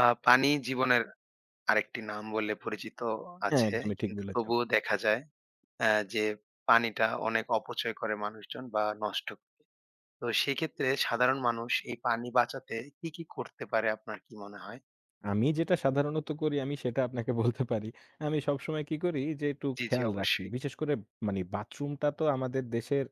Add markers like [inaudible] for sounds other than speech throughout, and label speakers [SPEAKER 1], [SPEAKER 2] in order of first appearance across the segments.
[SPEAKER 1] পানি জীবনের আরেকটি নাম বলে পরিচিত ও।
[SPEAKER 2] হ্যাঁ,
[SPEAKER 1] আছে।
[SPEAKER 2] একদমই ঠিক
[SPEAKER 1] কিন্তু
[SPEAKER 2] বলেছেন।
[SPEAKER 1] তবুও দেখা যায় যে পানিটা অনেক অপচয় করে মানুষজন বা নষ্ট করে। তো সেক্ষেত্রে সাধারণ মানুষ এই পানি বাঁচাতে কি, কি করতে পারে আপনার কি মনে হয়?
[SPEAKER 2] আমি যেটা সাধারণত করি আমি সেটা আপনাকে বলতে পারি। আমি সবসময় কি করি যে একটু
[SPEAKER 1] জি, জি,
[SPEAKER 2] খেয়াল রাখি।
[SPEAKER 1] অবশ্যই।
[SPEAKER 2] বিশেষ করে বাথরুমটা তো আমাদের দেশের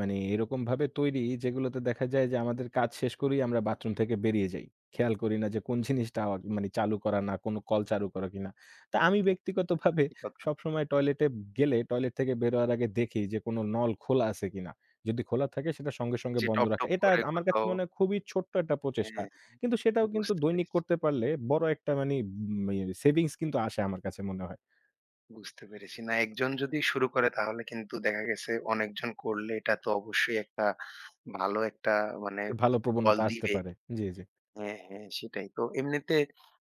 [SPEAKER 2] এরকমভাবে তৈরি যেগুলোতে দেখা যায় যে আমাদের কাজ শেষ করেই আমরা বাথরুম থেকে বেরিয়ে যাই। খেয়াল করি না যে কোন জিনিসটা আওয়া চালু করা না, কোন কল চালু করা কিনা। তা আমি
[SPEAKER 1] হ্যাঁ,
[SPEAKER 2] ব্যক্তিগতভাবে
[SPEAKER 1] সত্যি কথা।
[SPEAKER 2] সবসময় টয়লেটে গেলে টয়লেট থেকে বেরোয়ার আগে দেখি যে কোন নল খোলা আছে কিনা। যদি খোলা থাকে সেটা সঙ্গে সঙ্গে
[SPEAKER 1] যে
[SPEAKER 2] বন্ধ
[SPEAKER 1] টপ,
[SPEAKER 2] রাখা।
[SPEAKER 1] টপ
[SPEAKER 2] এটা
[SPEAKER 1] করে
[SPEAKER 2] আমার কাছে
[SPEAKER 1] কোথাও।
[SPEAKER 2] মনে হয় খুবই ছোট্ট একটা প্রচেষ্টা।
[SPEAKER 1] হ্যাঁ,
[SPEAKER 2] কিন্তু সেটাও কিন্তু
[SPEAKER 1] বুঝতে
[SPEAKER 2] দৈনিক
[SPEAKER 1] পেরেছি,
[SPEAKER 2] করতে পারলে বড় একটা মানি উম সেভিংস কিন্তু আসে আমার কাছে মনে হয়।
[SPEAKER 1] বুঝতে পেরেছি। না, একজন যদি শুরু করে তাহলে কিন্তু দেখা গেছে অনেকজন করলে এটা তো অবশ্যই একটা ভালো একটা মানে
[SPEAKER 2] ভালো
[SPEAKER 1] ফল
[SPEAKER 2] প্রবণতা আসতে
[SPEAKER 1] দিবে।
[SPEAKER 2] পারে। জি, জি।
[SPEAKER 1] হ্যাঁ, হ্যাঁ, সেটাই। তো এমনিতে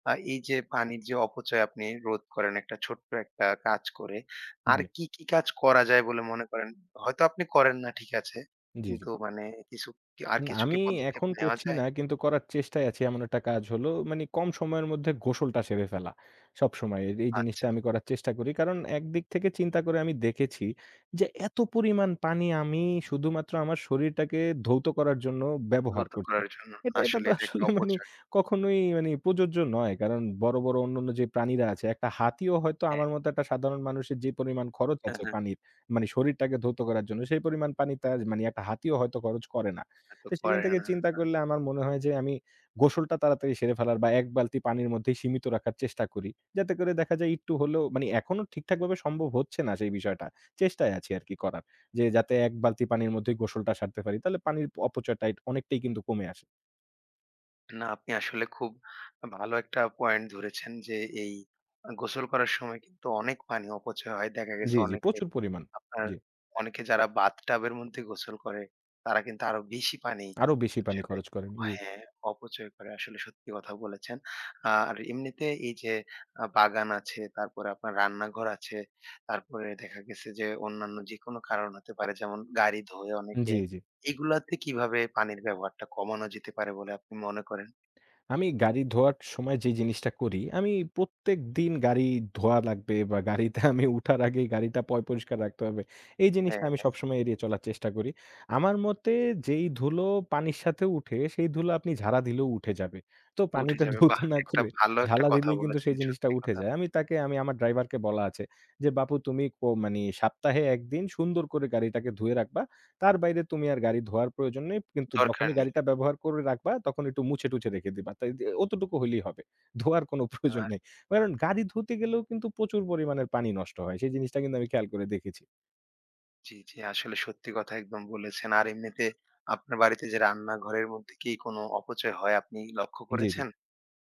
[SPEAKER 1] এই যে পানির যে অপচয় আপনি রোধ করেন একটা ছোট্ট একটা কাজ করে।
[SPEAKER 2] জি,
[SPEAKER 1] আর
[SPEAKER 2] জি,
[SPEAKER 1] কি, কি কাজ করা যায় বলে মনে করেন? হয়তো আপনি করেন না, ঠিক আছে।
[SPEAKER 2] জি।
[SPEAKER 1] কিন্তু মানে কিছু, কি আর কিছু
[SPEAKER 2] আমি
[SPEAKER 1] কি পদক্ষেপ
[SPEAKER 2] এখন
[SPEAKER 1] নেওয়া
[SPEAKER 2] করছি
[SPEAKER 1] যায়?
[SPEAKER 2] না কিন্তু করার চেষ্টায় আছি। এমন একটা কাজ হলো কম সময়ের মধ্যে গোসলটা সেরে ফেলা। সবসময় এই জিনিসটা
[SPEAKER 1] আচ্ছা,
[SPEAKER 2] আমি করার চেষ্টা করি। কারণ একদিক থেকে চিন্তা করে আমি দেখেছি যে এত পরিমাণ পানি আমি শুধুমাত্র আমার শরীরটাকে ধৌত করার জন্য ব্যবহার
[SPEAKER 1] দ্রুত
[SPEAKER 2] করছি।
[SPEAKER 1] করার জন্য।
[SPEAKER 2] এটা এটা
[SPEAKER 1] আসলে
[SPEAKER 2] তো
[SPEAKER 1] এটা একটা
[SPEAKER 2] আসলে
[SPEAKER 1] অপচয়।
[SPEAKER 2] কখনোই প্রযোজ্য নয়। কারণ বড়, বড় অন্যান্য যে প্রাণীরা আছে একটা হাতিও হয়তো
[SPEAKER 1] হ্যাঁ,
[SPEAKER 2] আমার মতো একটা সাধারণ মানুষের যে পরিমাণ খরচ
[SPEAKER 1] হ্যাঁ,
[SPEAKER 2] আছে
[SPEAKER 1] হ্যাঁ,
[SPEAKER 2] পানির শরীরটাকে ধৌত করার জন্য সেই পরিমাণ পানি তার মানে একটা হাতিও হয়তো খরচ করে না।
[SPEAKER 1] এটা তো
[SPEAKER 2] তো সেখান
[SPEAKER 1] করে
[SPEAKER 2] থেকে
[SPEAKER 1] না।
[SPEAKER 2] চিন্তা করলে আমার মনে হয় যে আমি গোসলটা তাড়াতাড়ি সেরে ফেলার বা ১ বালতি পানির মধ্যেই সীমিত রাখার চেষ্টা করি। যাতে করে দেখা যায় একটু হলেও এখনো ঠিকঠাকভাবে সম্ভব হচ্ছে না সেই বিষয়টা। চেষ্টায় আছি আরকি করার। যে যাতে ১ বালতি পানির মধ্যেই গোসলটা সারতে পারি। তাহলে পানির অপচয়টা অনেকটাই কিন্তু কমে আসে।
[SPEAKER 1] না, আপনি আসলে খুব ভালো একটা পয়েন্ট ধরেছেন যে এই গোসল করার সময় কিন্তু অনেক পানি অপচয় হয়। দেখা
[SPEAKER 2] জি,
[SPEAKER 1] গেছে
[SPEAKER 2] জি প্রচুর পরিমাণ।
[SPEAKER 1] আপনার
[SPEAKER 2] জি।
[SPEAKER 1] অনেকে যারা বাথটাবের মধ্যে গোসল করে, তারা কিন্তু আরো বেশি পানি
[SPEAKER 2] আরো বেশি পানি
[SPEAKER 1] আসলে,
[SPEAKER 2] খরচ করেন। জি,
[SPEAKER 1] হ্যাঁ, অপচয় করে। আসলে সত্যি কথা বলেছেন। আর এমনিতে এই যে বাগান আছে, তারপরে আপনার রান্নাঘর আছে, তারপরে দেখা গেছে যে অন্যান্য যেকোনো কারণ হতে পারে, যেমন গাড়ি ধোয় অনেকে।
[SPEAKER 2] জি, জি।
[SPEAKER 1] এগুলাতে কিভাবে পানির ব্যবহারটা কমানো যেতে পারে বলে আপনি মনে করেন?
[SPEAKER 2] আমি গাড়ি ধোয়ার সময় যে জিনিসটা করি, আমি প্রত্যেকদিন গাড়ি ধোয়া লাগবে বা গাড়িতে [laughs] আমি উঠার আগেই গাড়িটা পরিষ্কার রাখতে হবে। এই জিনিসটা
[SPEAKER 1] হ্যাঁ,
[SPEAKER 2] আমি
[SPEAKER 1] হ্যাঁ,
[SPEAKER 2] সবসময় এড়িয়ে চলার চেষ্টা করি। আমার মতে যেই ধুলো পানির সাথে উঠে, সেই ধুলো আপনি ঝাড়া দিলেও উঠে যাবে। তো
[SPEAKER 1] উঠে
[SPEAKER 2] পানিতে [laughs]
[SPEAKER 1] যাবে।
[SPEAKER 2] ধৌত
[SPEAKER 1] বাহ!
[SPEAKER 2] না
[SPEAKER 1] একটা
[SPEAKER 2] করে
[SPEAKER 1] ভালো একটা
[SPEAKER 2] ঝালা
[SPEAKER 1] কথা
[SPEAKER 2] দিলেই কিন্তু
[SPEAKER 1] বলেছেন,
[SPEAKER 2] সেই জিনিসটা
[SPEAKER 1] সত্যি
[SPEAKER 2] উঠে
[SPEAKER 1] কথা।
[SPEAKER 2] যায়। আমি তাকে আমি আমার ড্রাইভারকে বলা আছে যে, "বাপু তুমি কো মানি সপ্তাহে ১ দিন সুন্দর করে গাড়িটাকে ধুয়ে রাখবা।" তার বাইরে তুমি আর গাড়ি ধোয়ার প্রয়োজন নেই। কিন্তু
[SPEAKER 1] দরকার
[SPEAKER 2] যখনই
[SPEAKER 1] নেই।
[SPEAKER 2] গাড়িটা ব্যবহার করে রাখবা, তখন একটু মুছে-টুছে রেখে দিবা। তাই যে অতটুকু হইলেই হবে। ধোয়ার কোনো [laughs] প্রয়োজন নেই। কারণ গাড়ি ধুতে গেলেও কিন্তু প্রচুর পরিমাণের পানি নষ্ট হয়। সেই জিনিসটা কিন্তু আমি খেয়াল করে দেখেছি।
[SPEAKER 1] জি, জি। আসলে সত্যি কথা একদম বলেছেন। আর এমনিতে আপনার বাড়িতে যে রান্নাঘরের মধ্যে কি কোনো অপচয় হয় আপনি লক্ষ্য
[SPEAKER 2] জি, জি।
[SPEAKER 1] করেছেন?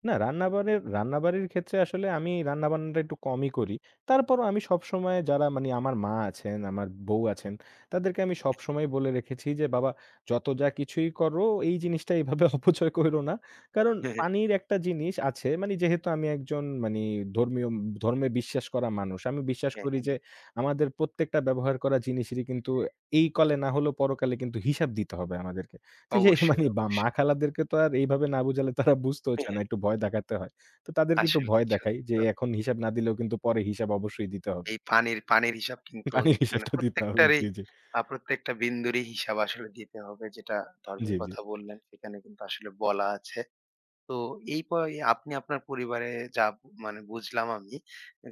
[SPEAKER 2] না রান্নাবাড়ির ক্ষেত্রে আসলে আমি রান্নাবান্নাটা একটু কমই করি। তারপরও আমি সবসময় যারা আমার মা আছেন, আমার বউ আছেন, তাদেরকে আমি সবসময় বলে রেখেছি যে, "বাবা যত যা কিছুই করো এই জিনিসটা এভাবে [laughs] অপচয় কইরো না।" কারণ
[SPEAKER 1] হ্যাঁ,
[SPEAKER 2] পানির একটা জিনিস আছে মানে যেহেতু আমি একজন মানি ধর্মীয় ধর্মে বিশ্বাস করা মানুষ। আমি বিশ্বাস
[SPEAKER 1] হ্যাঁ।
[SPEAKER 2] করি যে আমাদের প্রত্যেকটা ব্যবহার করা জিনিসেরই কিন্তু এই কলে না হলেও পরকালে কিন্তু হিসাব দিতে হবে আমাদেরকে। তো যে মানে
[SPEAKER 1] অবশ্যই,
[SPEAKER 2] বা মা
[SPEAKER 1] অবশ্যই।
[SPEAKER 2] খালাদেরকে তো আর এইভাবে না বুঝালে তারা বুঝতেও চায় না। একটু ভয় দেখাতে হয়। তো তাদেরকে একটু
[SPEAKER 1] আসলেই
[SPEAKER 2] ভয় দেখাই
[SPEAKER 1] সত্যি
[SPEAKER 2] যে
[SPEAKER 1] কথা।
[SPEAKER 2] এখন হিসাব না দিলেও কিন্তু পরে হিসাব অবশ্যই দিতে হবে।
[SPEAKER 1] এই পানির হিসাব কিন্তু
[SPEAKER 2] পানির
[SPEAKER 1] দিতে মানে
[SPEAKER 2] হিসাবটা দিতে হবে।
[SPEAKER 1] প্রত্যেকটারই,
[SPEAKER 2] জি, জি।
[SPEAKER 1] প্রত্যেকটা বিন্দুরই হিসাব আসলে দিতে হবে, যেটা
[SPEAKER 2] জি,
[SPEAKER 1] ধর্মের
[SPEAKER 2] জি।
[SPEAKER 1] কথা বললেন সেখানে কিন্তু আসলে বলা আছে। তো এই আপনি আপনার পরিবারে যা বু- মানে বুঝলাম আমি,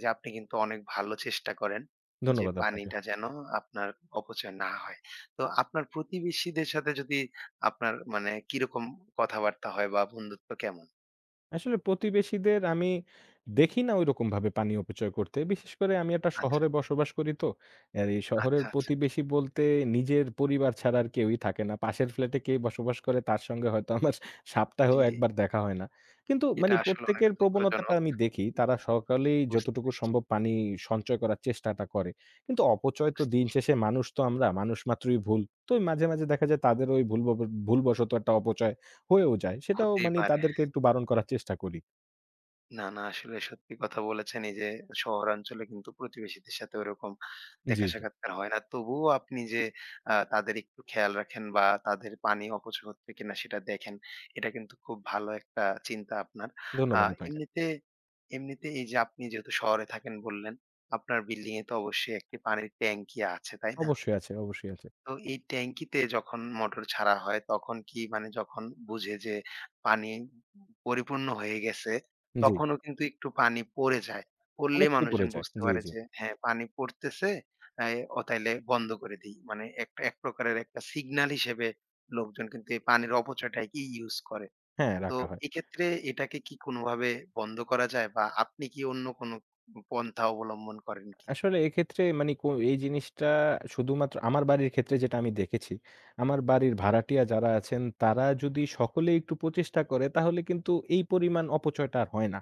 [SPEAKER 1] যে আপনি কিন্তু অনেক ভালো চেষ্টা করেন যে
[SPEAKER 2] ধন্যবাদ আপনাকে।
[SPEAKER 1] পানিটা যেন আপনার অপচয় না হয়। তো আপনার প্রতিবেশীদের সাথে যদি আপনার মানে কিরকম কথাবার্তা হয় বা বন্ধুত্ব কেমন?
[SPEAKER 2] আসলে প্রতিবেশীদের আমি দেখি না ঐরকমভাবে পানি অপচয় করতে। বিশেষ করে আমি একটা
[SPEAKER 1] আচ্ছা,
[SPEAKER 2] শহরে বসবাস করি তো। আর এই শহরের
[SPEAKER 1] আচ্ছা, আচ্ছা।
[SPEAKER 2] প্রতিবেশী বলতে নিজের পরিবার ছাড়া আর কেউই থাকে না। পাশের ফ্ল্যাটে কে বসবাস করে তার সঙ্গে হয়তো আমার সপ্তাহেও
[SPEAKER 1] জি,
[SPEAKER 2] একবার দেখা হয় না। কিন্তু
[SPEAKER 1] এটা আসলে অনেক
[SPEAKER 2] প্রত্যেকের প্রবণতাটা
[SPEAKER 1] দুঃখজনক।
[SPEAKER 2] আমি দেখি। তারা
[SPEAKER 1] কিন্তু
[SPEAKER 2] সকলেই
[SPEAKER 1] বুঝতে
[SPEAKER 2] যতটুকু
[SPEAKER 1] পেরেছি।
[SPEAKER 2] সম্ভব পানি সঞ্চয় করার চেষ্টাটা করে। কিন্তু অপচয় তো
[SPEAKER 1] বুঝতে
[SPEAKER 2] দিন শেষে মানুষ তো আমরা, মানুষ মাত্রই ভুল। তো মাঝে, মাঝে দেখা যায় তাদের ওই ভুলবশত একটা অপচয় হয়েও যায়। সেটাও
[SPEAKER 1] হতেই পারে।
[SPEAKER 2] তাদেরকে একটু বারণ করার চেষ্টা করি।
[SPEAKER 1] না, না, আসলে সত্যি কথা বলেছেন। এই যে শহরাঞ্চলে কিন্তু প্রতিবেশীদের সাথে ওরকম
[SPEAKER 2] জি,
[SPEAKER 1] দেখা
[SPEAKER 2] জি।
[SPEAKER 1] সাক্ষাৎকার হয় না। তবুও আপনি যে তাদের একটু খেয়াল রাখেন বা তাদের পানি অপচয় হচ্ছে কিনা সেটা দেখেন। এটা কিন্তু খুব ভালো একটা চিন্তা আপনার। আ
[SPEAKER 2] ধন্যবাদ আপনাকে।
[SPEAKER 1] এমনিতে এমনিতে এই যে আপনি যেহেতু শহরে থাকেন বললেন, আপনার বিল্ডিং এ তো অবশ্যই একটি পানির ট্যাংকি আছে, তাই না?
[SPEAKER 2] অবশ্যই আছে, অবশ্যই আছে।
[SPEAKER 1] তো এই ট্যাংকিতে যখন মোটর ছাড়া হয় তখন কি মানে যখন বুঝে যে পানি পরিপূর্ণ হয়ে গেছে,
[SPEAKER 2] জি,
[SPEAKER 1] তখনও কিন্তু একটু পানি পড়ে যায়। পড়লে
[SPEAKER 2] অনেকটাই পড়ে
[SPEAKER 1] মানুষজন
[SPEAKER 2] যায়।
[SPEAKER 1] বুঝতে
[SPEAKER 2] জি,
[SPEAKER 1] পারে
[SPEAKER 2] জি।
[SPEAKER 1] যে হ্যাঁ, পানি পড়তেছে, অ্যা ও, তাইলে বন্ধ করে দেই। মানে একটা এক প্রকারের একটা সিগন্যাল হিসেবে লোকজন কিন্তু এই পানির অপচয়টাকে ইউজ করে।
[SPEAKER 2] হ্যাঁ,
[SPEAKER 1] তো
[SPEAKER 2] রাখা হয়।
[SPEAKER 1] এক্ষেত্রে এটাকে কি কোনোভাবে বন্ধ করা যায়? বা আপনি কি অন্য কোনো পন্থা অবলম্বন করেন কি?
[SPEAKER 2] আসলে এক্ষেত্রে মানে কো এই জিনিসটা শুধুমাত্র আমার বাড়ির ক্ষেত্রে যেটা আমি দেখেছি, আমার বাড়ির ভাড়াটিয়া যারা আছেন তারা যদি সকলে একটু প্রচেষ্টা করে তাহলে কিন্তু এই পরিমাণ অপচয়টা আর হয় না।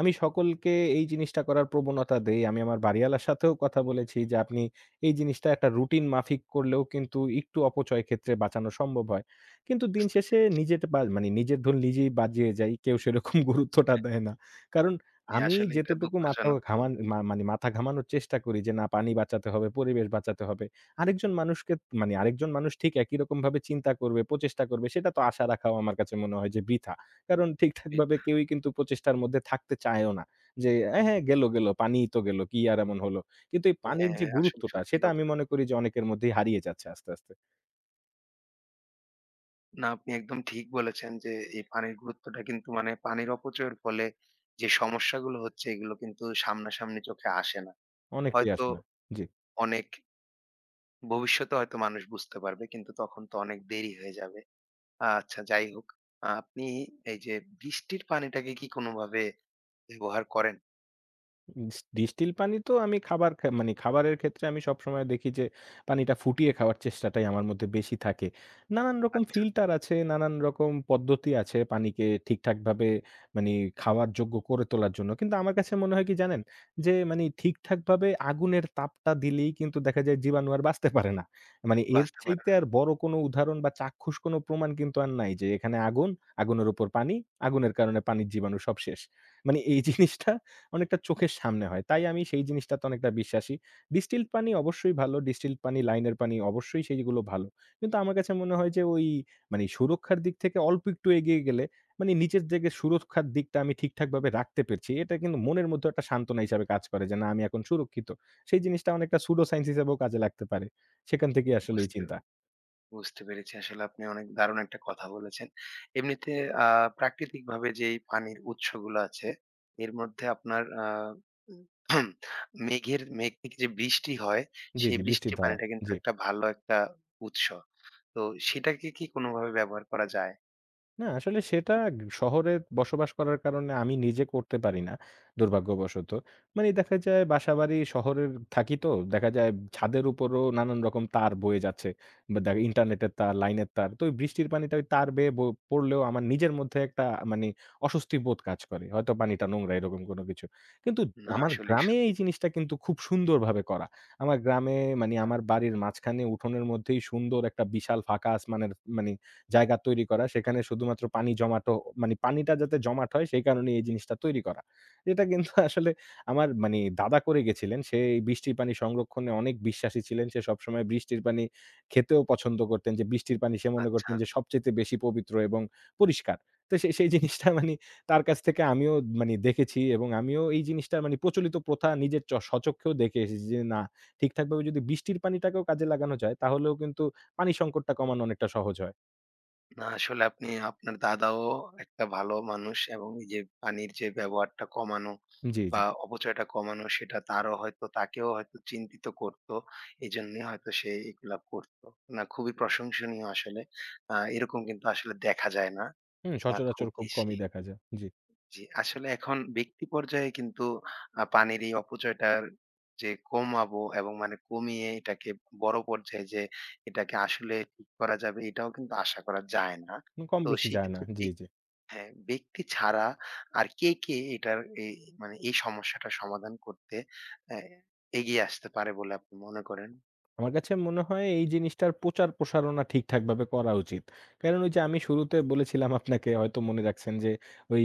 [SPEAKER 2] আমি সকলকে এই জিনিসটা করার প্রবণতা দেই। আমি আমার বাড়িওয়ালার সাথেও কথা বলেছি যে, "আপনি এই জিনিসটা একটা রুটিন মাফিক করলেও কিন্তু একটু অপচয় ক্ষেত্রে বাঁচানো সম্ভব হয়।" কিন্তু দিন
[SPEAKER 1] বুঝতে
[SPEAKER 2] শেষে
[SPEAKER 1] পেরেছি।
[SPEAKER 2] নিজের বা নিজের ধুল নিজেই বাজিয়ে যাই। কেউ সেরকম [laughs] গুরুত্বটা দেয় না। কারণ
[SPEAKER 1] জি,
[SPEAKER 2] আমি
[SPEAKER 1] আসলে এটা
[SPEAKER 2] যেতটুকু
[SPEAKER 1] দুঃখজনক
[SPEAKER 2] মাথা ঘামানোর চেষ্টা করি যে না পানি বাঁচাতে হবে, পরিবেশ বাঁচাতে হবে। আরেকজন মানুষকে আরেকজন মানুষ ঠিক একই রকমভাবে চিন্তা করবে, প্রচেষ্টা করবে সেটা তো আশা রাখাও আমার কাছে মনে হয় যে বৃথা। কারণ
[SPEAKER 1] খুবই।
[SPEAKER 2] ঠিকঠাকভাবে কেউই কিন্তু প্রচেষ্টার মধ্যে থাকতে চায়ও না। যে "এ হ্যাঁ গেল, গেল পানিই তো গেল, কি আর এমন হলো?" কিন্তু এই পানির যে
[SPEAKER 1] হ্যাঁ, আসলে
[SPEAKER 2] গুরুত্বটা
[SPEAKER 1] সত্যি
[SPEAKER 2] সেটা আমি
[SPEAKER 1] কথা।
[SPEAKER 2] মনে করি যে অনেকের মধ্যেই হারিয়ে যাচ্ছে আস্তে, আস্তে।
[SPEAKER 1] না, আপনি একদম ঠিক বলেছেন যে এই পানির গুরুত্বটা কিন্তু মানে পানির অপচয়ের ফলে যে সমস্যাগুলো হচ্ছে এগুলো কিন্তু সামনাসামনি চোখে আসে না।
[SPEAKER 2] অনেকটাই
[SPEAKER 1] হয়তো
[SPEAKER 2] আসে না। জি।
[SPEAKER 1] অনেক, ভবিষ্যতে হয়তো মানুষ বুঝতে পারবে, কিন্তু তখন তো অনেক দেরি হয়ে যাবে। আচ্ছা, যাই হোক। আপনি এই যে বৃষ্টির পানিটাকে কি কোনোভাবে ব্যবহার করেন?
[SPEAKER 2] ডিস্টিল পানি তো আমি খাবার খা মানে খাবারের ক্ষেত্রে আমি সবসময় দেখি যে পানিটা ফুটিয়ে খাওয়ার চেষ্টাটাই আমার মধ্যে বেশি থাকে। নানান রকম
[SPEAKER 1] আচ্ছা,
[SPEAKER 2] ফিল্টার আছে, নানান রকম পদ্ধতি আছে পানিকে ঠিকঠাকভাবে মানি খাওয়ার যোগ্য করে তোলার জন্য। কিন্তু আমার কাছে মনে হয় কি জানেন? যে ঠিকঠাকভাবে আগুনের তাপটা দিলেই কিন্তু দেখা যায় জীবাণু আর বাঁচতে পারে না। মানে এর
[SPEAKER 1] বাঁচতে পারে
[SPEAKER 2] চাইতে
[SPEAKER 1] না।
[SPEAKER 2] আর বড় কোনো উদাহরণ বা চাক্ষুষ কোনো প্রমাণ কিন্তু আর নাই যে এখানে আগুন, আগুনের উপর পানি, আগুনের কারণে পানির জীবাণু সব শেষ। এই জিনিসটা অনেকটা চোখের সামনে হয়। তাই আমি সেই জিনিসটাতে অনেকটা বিশ্বাসী। ডিস্টিলড পানি অবশ্যই ভালো। ডিস্টিলড পানি, লাইনের পানি অবশ্যই সেইগুলো ভালো। কিন্তু আমার কাছে মনে হয় যে ওই সুরক্ষার দিক থেকে অল্প একটু এগিয়ে গেলে নিচের দিকে সুরক্ষার দিকটা আমি ঠিকঠাকভাবে রাখতে পেরেছি। এটা কিন্তু মনের মধ্যে একটা সান্ত্বনা হিসাবে কাজ করে যে না আমি এখন সুরক্ষিত। সেই জিনিসটা অনেকটা pseudo science হিসেবেও কাজে লাগতে পারে। সেখান থেকেই আসলে এই
[SPEAKER 1] বুঝতে
[SPEAKER 2] চিন্তা।
[SPEAKER 1] বুঝতে পেরেছি। আসলে আপনি অনেক দারুণ একটা কথা বলেছেন। এমনিতে প্রাকৃতিকভাবে যেই পানির উৎসগুলো আছে, এর মধ্যে আপনার [clears throat] মেঘ থেকে যে বৃষ্টি হয়,
[SPEAKER 2] জি,
[SPEAKER 1] সেই
[SPEAKER 2] জি বৃষ্টির
[SPEAKER 1] বৃষ্টির
[SPEAKER 2] ধারা।
[SPEAKER 1] পানিটা কিন্তু
[SPEAKER 2] জি।
[SPEAKER 1] একটা ভালো একটা উৎস। তো সেটাকে কি কোনোভাবে ব্যবহার করা যায়?
[SPEAKER 2] না আসলে সেটা শহরে বসবাস করার কারণে আমি নিজে করতে পারি না দুর্ভাগ্যবশত। দেখা যায় বাসাবাড়ি শহরের থাকি তো দেখা যায় ছাদের উপরও নানান রকম তার বয়ে যাচ্ছে। বা দে ইন্টারনেটের তার, লাইনের তার। তো ওই বৃষ্টির পানিটা ওই তার বেয়ে পড়লেও আমার নিজের মধ্যে একটা মানে অস্বস্তি বোধ কাজ করে। হয়তো পানিটা নোংরা এরকম কোনো কিছু। কিন্তু
[SPEAKER 1] না,
[SPEAKER 2] আমার
[SPEAKER 1] আসলেই
[SPEAKER 2] গ্রামে
[SPEAKER 1] সত্যি
[SPEAKER 2] এই
[SPEAKER 1] কথা।
[SPEAKER 2] জিনিসটা কিন্তু খুব সুন্দরভাবে করা। আমার গ্রামে আমার বাড়ির মাঝখানে উঠোনের মধ্যেই সুন্দর একটা বিশাল ফাঁকা আসমানের মানে জায়গা তৈরি করা। সেখানে শুধুমাত্র পানিটা যাতে জমাট হয় সেই কারণে এই জিনিসটা তৈরি করা। এটা কিন্তু [laughs] আসলে আমার দাদা করে গেছিলেন। সে এই বৃষ্টির পানি সংরক্ষণে অনেক বিশ্বাসী ছিলেন। সে সবসময় বৃষ্টির পানি খেতেও পছন্দ করতেন যে বৃষ্টির পানি সে মনে
[SPEAKER 1] আচ্ছা।
[SPEAKER 2] করতেন যে সবচাইতে বেশি পবিত্র এবং পরিষ্কার। তো সে সেই জিনিসটা তার কাছ থেকে আমিও দেখেছি এবং আমিও এই জিনিসটা প্রচলিত প্রথা নিজের চ স্বচক্ষেও দেখে এসেছি যে না ঠিকঠাকভাবে যদি বৃষ্টির পানিটাকেও কাজে লাগানো যায় তাহলেও কিন্তু পানি সংকটটা কমানো অনেকটা সহজ হয়।
[SPEAKER 1] না, আসলে আপনি, আপনার দাদাও একটা ভালো মানুষ, এবং এই যে পানির যে ব্যবহারটা কমানো
[SPEAKER 2] জি, জি।
[SPEAKER 1] বা অপচয়টা কমানো, সেটা তারও হয়তো, তাকেও হয়তো চিন্তিত করতো। এই জন্য হয়তো সে এগুলা করতো। না, খুবই প্রশংসনীয় আসলে। এরকম কিন্তু আসলে দেখা যায় না।
[SPEAKER 2] হুম,
[SPEAKER 1] খুব
[SPEAKER 2] সচরাচর খুব
[SPEAKER 1] বেশি।
[SPEAKER 2] কমই দেখা যায়। জি।
[SPEAKER 1] জি, আসলে এখন ব্যক্তি পর্যায়ে কিন্তু পানির এই অপচয়টার যে কমাবো এবং মানে কমিয়ে এটাকে বড় পর্যায়ে যে এটাকে আসলে ঠিক করা যাবে, এটাও কিন্তু আশা করা যায় না।
[SPEAKER 2] কম
[SPEAKER 1] তো
[SPEAKER 2] বেশি যায় না।
[SPEAKER 1] সেক্ষেত্রে
[SPEAKER 2] জি, জি।
[SPEAKER 1] হ্যাঁ, ব্যক্তি ছাড়া আর কে, কে এটার এই মানে এই সমস্যাটার সমাধান করতে অ্যা এগিয়ে আসতে পারে বলে আপনি মনে করেন?
[SPEAKER 2] আমার কাছে মনে হয় এই জিনিসটার প্রচার প্রসারণা ঠিকঠাকভাবে করা উচিত। কারণ ওই যে আমি শুরুতে বলেছিলাম আপনাকে হয়তো মনে রাখছেন যে ওই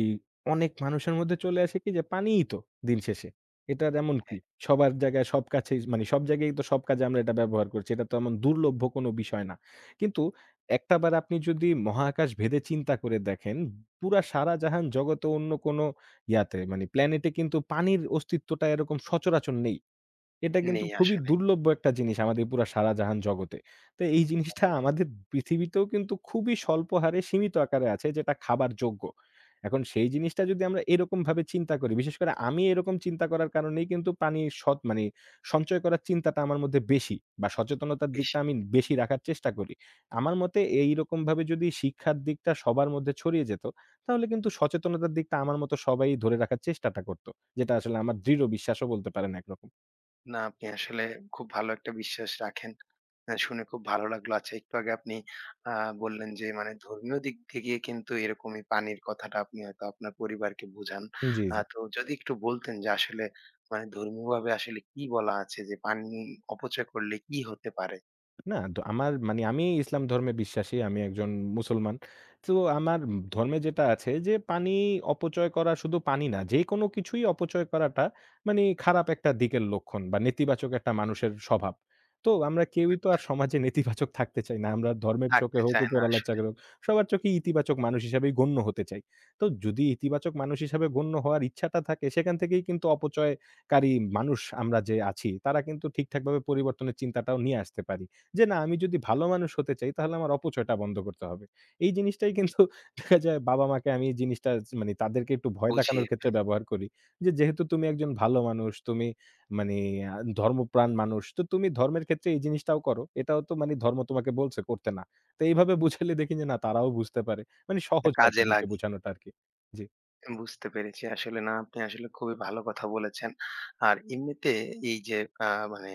[SPEAKER 2] অনেক মানুষের মধ্যে চলে আসে কি যে পানিই তো দিন শেষে। এটার এমন কি?
[SPEAKER 1] হ্যাঁ,
[SPEAKER 2] সবার জায়গায় সব কাছেই সব জায়গায়ই তো সব কাজে আমরা এটা ব্যবহার করছি। এটা তো এমন দুর্লভ্য কোনো বিষয় না। কিন্তু একটাবার আপনি যদি মহাকাশ ভেদে চিন্তা করে দেখেন, পুরা সারা জাহান জগতে অন্য কোনো ইয়াতে মানে প্ল্যানেটে কিন্তু পানির অস্তিত্বটা এরকম সচরাচর নেই। এটা কিন্তু
[SPEAKER 1] নেই
[SPEAKER 2] খুবই
[SPEAKER 1] আসলে।
[SPEAKER 2] দুর্লভ একটা জিনিস আমাদের পুরা সারা জাহান জগতে। তো এই জিনিসটা
[SPEAKER 1] হ্যাঁ,
[SPEAKER 2] আমাদের পৃথিবীতেও কিন্তু খুবই স্বল্প হারে সীমিত আকারে আছে যেটা খাবার যোগ্য। এখন সেই জিনিসটা যদি আমরা এরকমভাবে চিন্তা করি, বিশেষ করে আমি এরকম চিন্তা করার কারণেই কিন্তু পানির সৎ মানে সঞ্চয় করার চিন্তাটা আমার মধ্যে বেশি বা সচেতনতার দিকটা
[SPEAKER 1] বেশি।
[SPEAKER 2] আমি বেশি রাখার চেষ্টা করি। আমার মতে এইরকমভাবে যদি শিক্ষার দিকটা সবার মধ্যে ছড়িয়ে যেত, তাহলে কিন্তু সচেতনতার দিকটা আমার মতো সবাই ধরে রাখার চেষ্টাটা করত। যেটা আসলে আমার দৃঢ় বিশ্বাসও বলতে পারেন একরকম।
[SPEAKER 1] না, আপনি আসলে খুব ভালো একটা বিশ্বাস রাখেন। শুনে খুব ভালো লাগলো। আচ্ছা, একটু আগে আপনি আ বললেন যে মানে ধর্মীয় দিক থেকে কিন্তু এরকমই পানির কথাটা আপনি হয়তো আপনার পরিবারকে বুঝান।
[SPEAKER 2] জি, জি।
[SPEAKER 1] তো যদি একটু বলতেন যে আসলে মানে ধর্মীয়ভাবে আসলে কি বলা আছে যে পানি অপচয় করলে কি হতে পারে?
[SPEAKER 2] না, দ আমার মানে আমি ইসলাম ধর্মে বিশ্বাসী। আমি একজন মুসলমান। তো আমার ধর্মে যেটা আছে যে পানি অপচয় করা শুধু পানি না, যেকোনো কিছুই অপচয় করাটা খারাপ একটা দিকের লক্ষণ বা নেতিবাচক একটা মানুষের স্বভাব। তো আমরা কেউই তো আর সমাজে নেতিবাচক থাকতে চাই না। আমরা ধর্মের চোখে
[SPEAKER 1] থাকতে
[SPEAKER 2] হোক,
[SPEAKER 1] চায় না
[SPEAKER 2] উপরওয়ালার
[SPEAKER 1] আসলে।
[SPEAKER 2] চোখে হোক সবার চোখেই ইতিবাচক মানুষ হিসেবেই গণ্য হতে চাই। তো যদি ইতিবাচক মানুষ হিসাবে গণ্য হওয়ার ইচ্ছাটা থাকে সেখান থেকেই কিন্তু অপচয়কারী মানুষ আমরা যে আছি তারা কিন্তু ঠিকঠাকভাবে পরিবর্তনের চিন্তাটাও নিয়ে আসতে পারি। যে না আমি যদি ভালো মানুষ হতে চাই তাহলে আমার অপচয়টা বন্ধ করতে হবে। এই জিনিসটাই কিন্তু [laughs] দেখা যায় বাবা-মাকে আমি এই জিনিসটা তাদেরকে একটু ভয়
[SPEAKER 1] বুঝিয়ে,
[SPEAKER 2] দেখানোর ক্ষেত্রে
[SPEAKER 1] হ্যাঁ,
[SPEAKER 2] ব্যবহার করি। যে যেহেতু তুমি একজন ভালো মানুষ, তুমি মানে আ ধর্মপ্রাণ মানুষ। তো তুমি ধর্মের ক্ষেত্রে এই জিনিসটাও করো। এটাও তো মানে ধর্ম তোমাকে বলছে করতে না। তো এইভাবে বুঝাইলে দেখি যে না তারাও বুঝতে পারে। মানে
[SPEAKER 1] তা
[SPEAKER 2] সহজ হয়
[SPEAKER 1] কাজে
[SPEAKER 2] তাদেরকে
[SPEAKER 1] লাগে।
[SPEAKER 2] বোঝানোটা আরকি। জি।
[SPEAKER 1] বুঝতে পেরেছি। আসলে না, আপনি আসলে খুবই ভালো কথা বলেছেন। আর এমনিতে এই যে আ মানে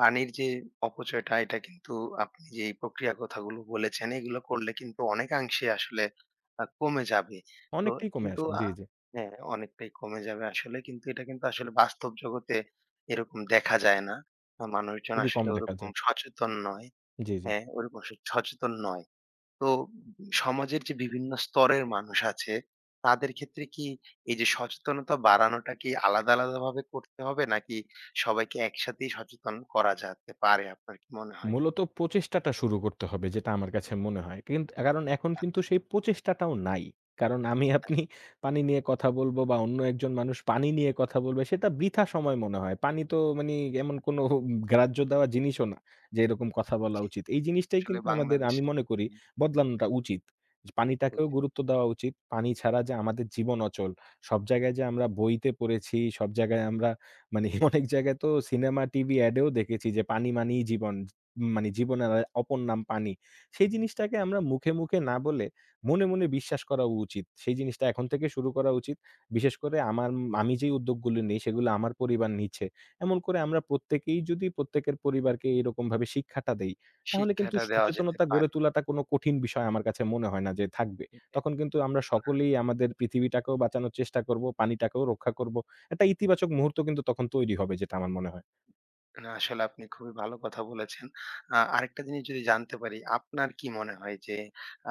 [SPEAKER 1] পানির যে অপচয়টা, এটা কিন্তু আপনি যে এই প্রক্রিয়া কথাগুলো বলেছেন, এগুলো করলে কিন্তু অনেকাংশে আসলে কমে যাবে। তো
[SPEAKER 2] অনেকটাই কমে
[SPEAKER 1] কিন্তু
[SPEAKER 2] আসে। জি, জি।
[SPEAKER 1] হ্যাঁ, অনেকটাই কমে যাবে আসলে। কিন্তু এটা কিন্তু আসলে বাস্তব জগতে এরকম দেখা যায় না। মানুষজন
[SPEAKER 2] খুবই কম
[SPEAKER 1] আসলে
[SPEAKER 2] দেখা
[SPEAKER 1] ওরকম
[SPEAKER 2] যায়।
[SPEAKER 1] সচেতন নয়।
[SPEAKER 2] জি, জি।
[SPEAKER 1] হ্যাঁ, ওরকম সচেতন নয়। তো সমাজের যে বিভিন্ন স্তরের মানুষ আছে, তাদের ক্ষেত্রে কি এই যে সচেতনতা বাড়ানোটা কি আলাদা, আলাদা ভাবে করতে হবে? নাকি সবাইকে একসাথেই সচেতন করা যেতে পারে? আপনার কি মনে হয়?
[SPEAKER 2] মূলত প্রচেষ্টাটা শুরু করতে হবে যেটা আমার কাছে মনে হয়। কারণ এখন কিন্তু
[SPEAKER 1] আচ্ছা,
[SPEAKER 2] সেই প্রচেষ্টাটাও নাই। কারণ আমি
[SPEAKER 1] তাই।
[SPEAKER 2] আপনি পানি নিয়ে কথা বলব বা অন্য একজন মানুষ পানি নিয়ে কথা বলবে সেটা বৃথা সময় মনে হয়। পানি তো মানে এমন কোনো গ্রাহ্য দেওয়া জিনিসও না যে এরকম কথা বলা
[SPEAKER 1] জি।
[SPEAKER 2] উচিত। এই জিনিসটাই
[SPEAKER 1] আসলে
[SPEAKER 2] কিন্তু আমাদের আমি
[SPEAKER 1] বাংলাদেশে,
[SPEAKER 2] মনে করি
[SPEAKER 1] হুম,
[SPEAKER 2] বদলানোটা উচিত। পানিটাকেও
[SPEAKER 1] বুঝি।
[SPEAKER 2] গুরুত্ব দেওয়া উচিত। পানি ছাড়া যে আমাদের জীবন অচল। সব জায়গায় যে আমরা বইতে পড়েছি, সব জায়গায় আমরা মানে [laughs] অনেক জায়গায় তো সিনেমা, টিভি অ্যাডেও দেখেছি যে পানি মানেই জীবন। মানে জীবনের আর অপর নাম পানি। সেই জিনিসটাকে আমরা মুখে, মুখে না বলে মনে, মনে বিশ্বাস করা উচিত। সেই জিনিসটা এখন থেকে শুরু করা উচিত। বিশেষ করে আমি যেই উদ্যোগগুলো নেই সেগুলো আমার পরিবার নিচ্ছে। এমন করে আমরা প্রত্যেকেই যদি প্রত্যেকের পরিবারকে এরকমভাবে শিক্ষাটা দেই, তাহলে কিন্তু
[SPEAKER 1] শিক্ষাটা দেওয়া যেতে
[SPEAKER 2] সচেতনতা গড়ে
[SPEAKER 1] পারে।
[SPEAKER 2] তোলাটা কোনো কঠিন বিষয় আমার কাছে মনে হয় না যে থাকবে। তখন কিন্তু আমরা
[SPEAKER 1] না,
[SPEAKER 2] সকলেই আমাদের পৃথিবীটাকেও বাঁচানোর চেষ্টা করব, পানিটাকেও রক্ষা করব। একটা ইতিবাচক মুহূর্ত কিন্তু তখন তৈরি হবে যেটা আমার মনে হয়।
[SPEAKER 1] না, আসলে আপনি খুবই ভালো কথা বলেছেন। আরেকটা জিনিস যদি জানতে পারি, আপনার কি মনে হয় যে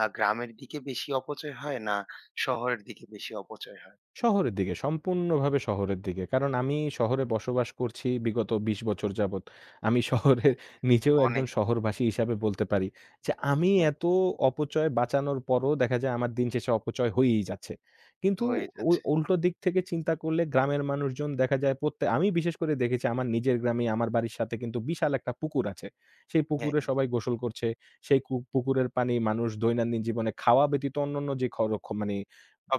[SPEAKER 1] গ্রামের দিকে বেশি অপচয় হয়, না শহরের দিকে বেশি অপচয় হয়?
[SPEAKER 2] শহরের দিকে, সম্পূর্ণভাবে শহরের দিকে। কারণ আমি শহরে বসবাস করছি বিগত ২০ বছর যাবৎ। আমি [laughs]
[SPEAKER 1] অ
[SPEAKER 2] নিজেও একজন
[SPEAKER 1] অনেক,
[SPEAKER 2] শহরবাসী হিসাবে বলতে পারি যে, আমি
[SPEAKER 1] হ্যাঁ।
[SPEAKER 2] এত অপচয় বাঁচানোর পরও দেখা যায় আমার দিন শেষে অপচয় হয়েই যাচ্ছে। কিন্তু
[SPEAKER 1] হয়ে
[SPEAKER 2] ওই
[SPEAKER 1] যাচ্ছে।
[SPEAKER 2] উল্টো দিক থেকে চিন্তা করলে গ্রামের মানুষজন দেখা যায় আমি বিশেষ করে দেখেছি আমার নিজের গ্রামে আমার বাড়ির সাথে কিন্তু বিশাল একটা পুকুর আছে। সেই
[SPEAKER 1] হ্যাঁ,
[SPEAKER 2] পুকুরে
[SPEAKER 1] হ্যাঁ।
[SPEAKER 2] সবাই গোসল করছে। সেই পুকুরের পানি মানুষ দৈনন্দিন জীবনে খাওয়া ব্যতীত অন্যান্য যে খর খ মানে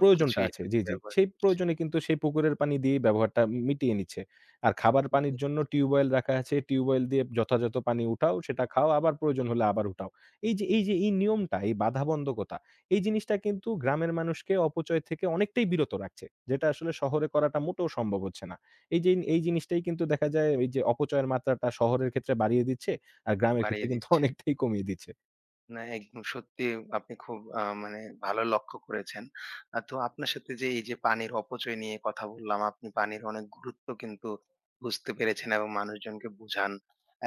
[SPEAKER 2] প্রয়োজনটা আছে।
[SPEAKER 1] এটাতে
[SPEAKER 2] জি, জি।
[SPEAKER 1] ব্যবহার।
[SPEAKER 2] সেই প্রয়োজনে কিন্তু সেই পুকুরের পানি দিয়েই ব্যবহারটা মিটিয়ে নিচ্ছে। আর খাবার পানির
[SPEAKER 1] হুম।
[SPEAKER 2] জন্য টিউবওয়েল রাখা আছে। টিউবওয়েল দিয়ে যথাযথ পানি উঠাও, সেটা খাও, আবার প্রয়োজন হলে আবার উঠাও। এই যে এই নিয়মটা, এই বাধাবন্ধকতা, এই জিনিসটা কিন্তু গ্রামের মানুষকে অপচয় থেকে অনেকটাই বিরত রাখছে। যেটা আসলে শহরে করাটা মোটেও সম্ভব হচ্ছে না। এই যে এই জিনিসটাই কিন্তু দেখা যায় এই যে অপচয়ের মাত্রাটা শহরের ক্ষেত্রে বাড়িয়ে দিচ্ছে, আর গ্রামের ক্ষেত্রে
[SPEAKER 1] বাড়িয়ে
[SPEAKER 2] কিন্তু
[SPEAKER 1] দিচ্ছে।
[SPEAKER 2] অনেকটাই কমিয়ে দিচ্ছে।
[SPEAKER 1] না, একদম সত্যি, আপনি খুব মানে ভালো লক্ষ্য করেছেন। তো আপনার সাথে যে এই যে পানির অপচয় নিয়ে কথা বললাম, আপনি পানির অনেক গুরুত্ব কিন্তু বুঝতে পেরেছেন এবং মানুষজনকে বুঝান,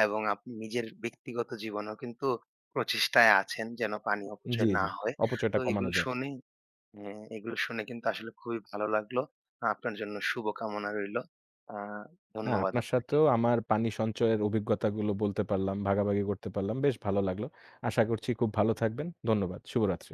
[SPEAKER 1] এবং আপনি নিজের ব্যক্তিগত জীবনেও কিন্তু প্রচেষ্টায় আছেন যেন পানি
[SPEAKER 2] জি,
[SPEAKER 1] অপচয় না
[SPEAKER 2] জি।
[SPEAKER 1] হয়। তো
[SPEAKER 2] অপচয়টা কমানো
[SPEAKER 1] এগুলো
[SPEAKER 2] যায়।
[SPEAKER 1] শুনে, হ্যাঁ, এগুলো শুনে কিন্তু আসলে খুবই ভালো লাগলো। আপনার জন্য শুভকামনা রইলো। আ
[SPEAKER 2] না,
[SPEAKER 1] ধন্যবাদ
[SPEAKER 2] আপনার
[SPEAKER 1] আপনাকে।
[SPEAKER 2] সাথেও আমার পানি সঞ্চয়ের অভিজ্ঞতাগুলো বলতে পারলাম, ভাগাভাগি করতে পারলাম। বেশ ভালো লাগলো। আশা করছি খুব ভালো থাকবেন। ধন্যবাদ। শুভরাত্রি।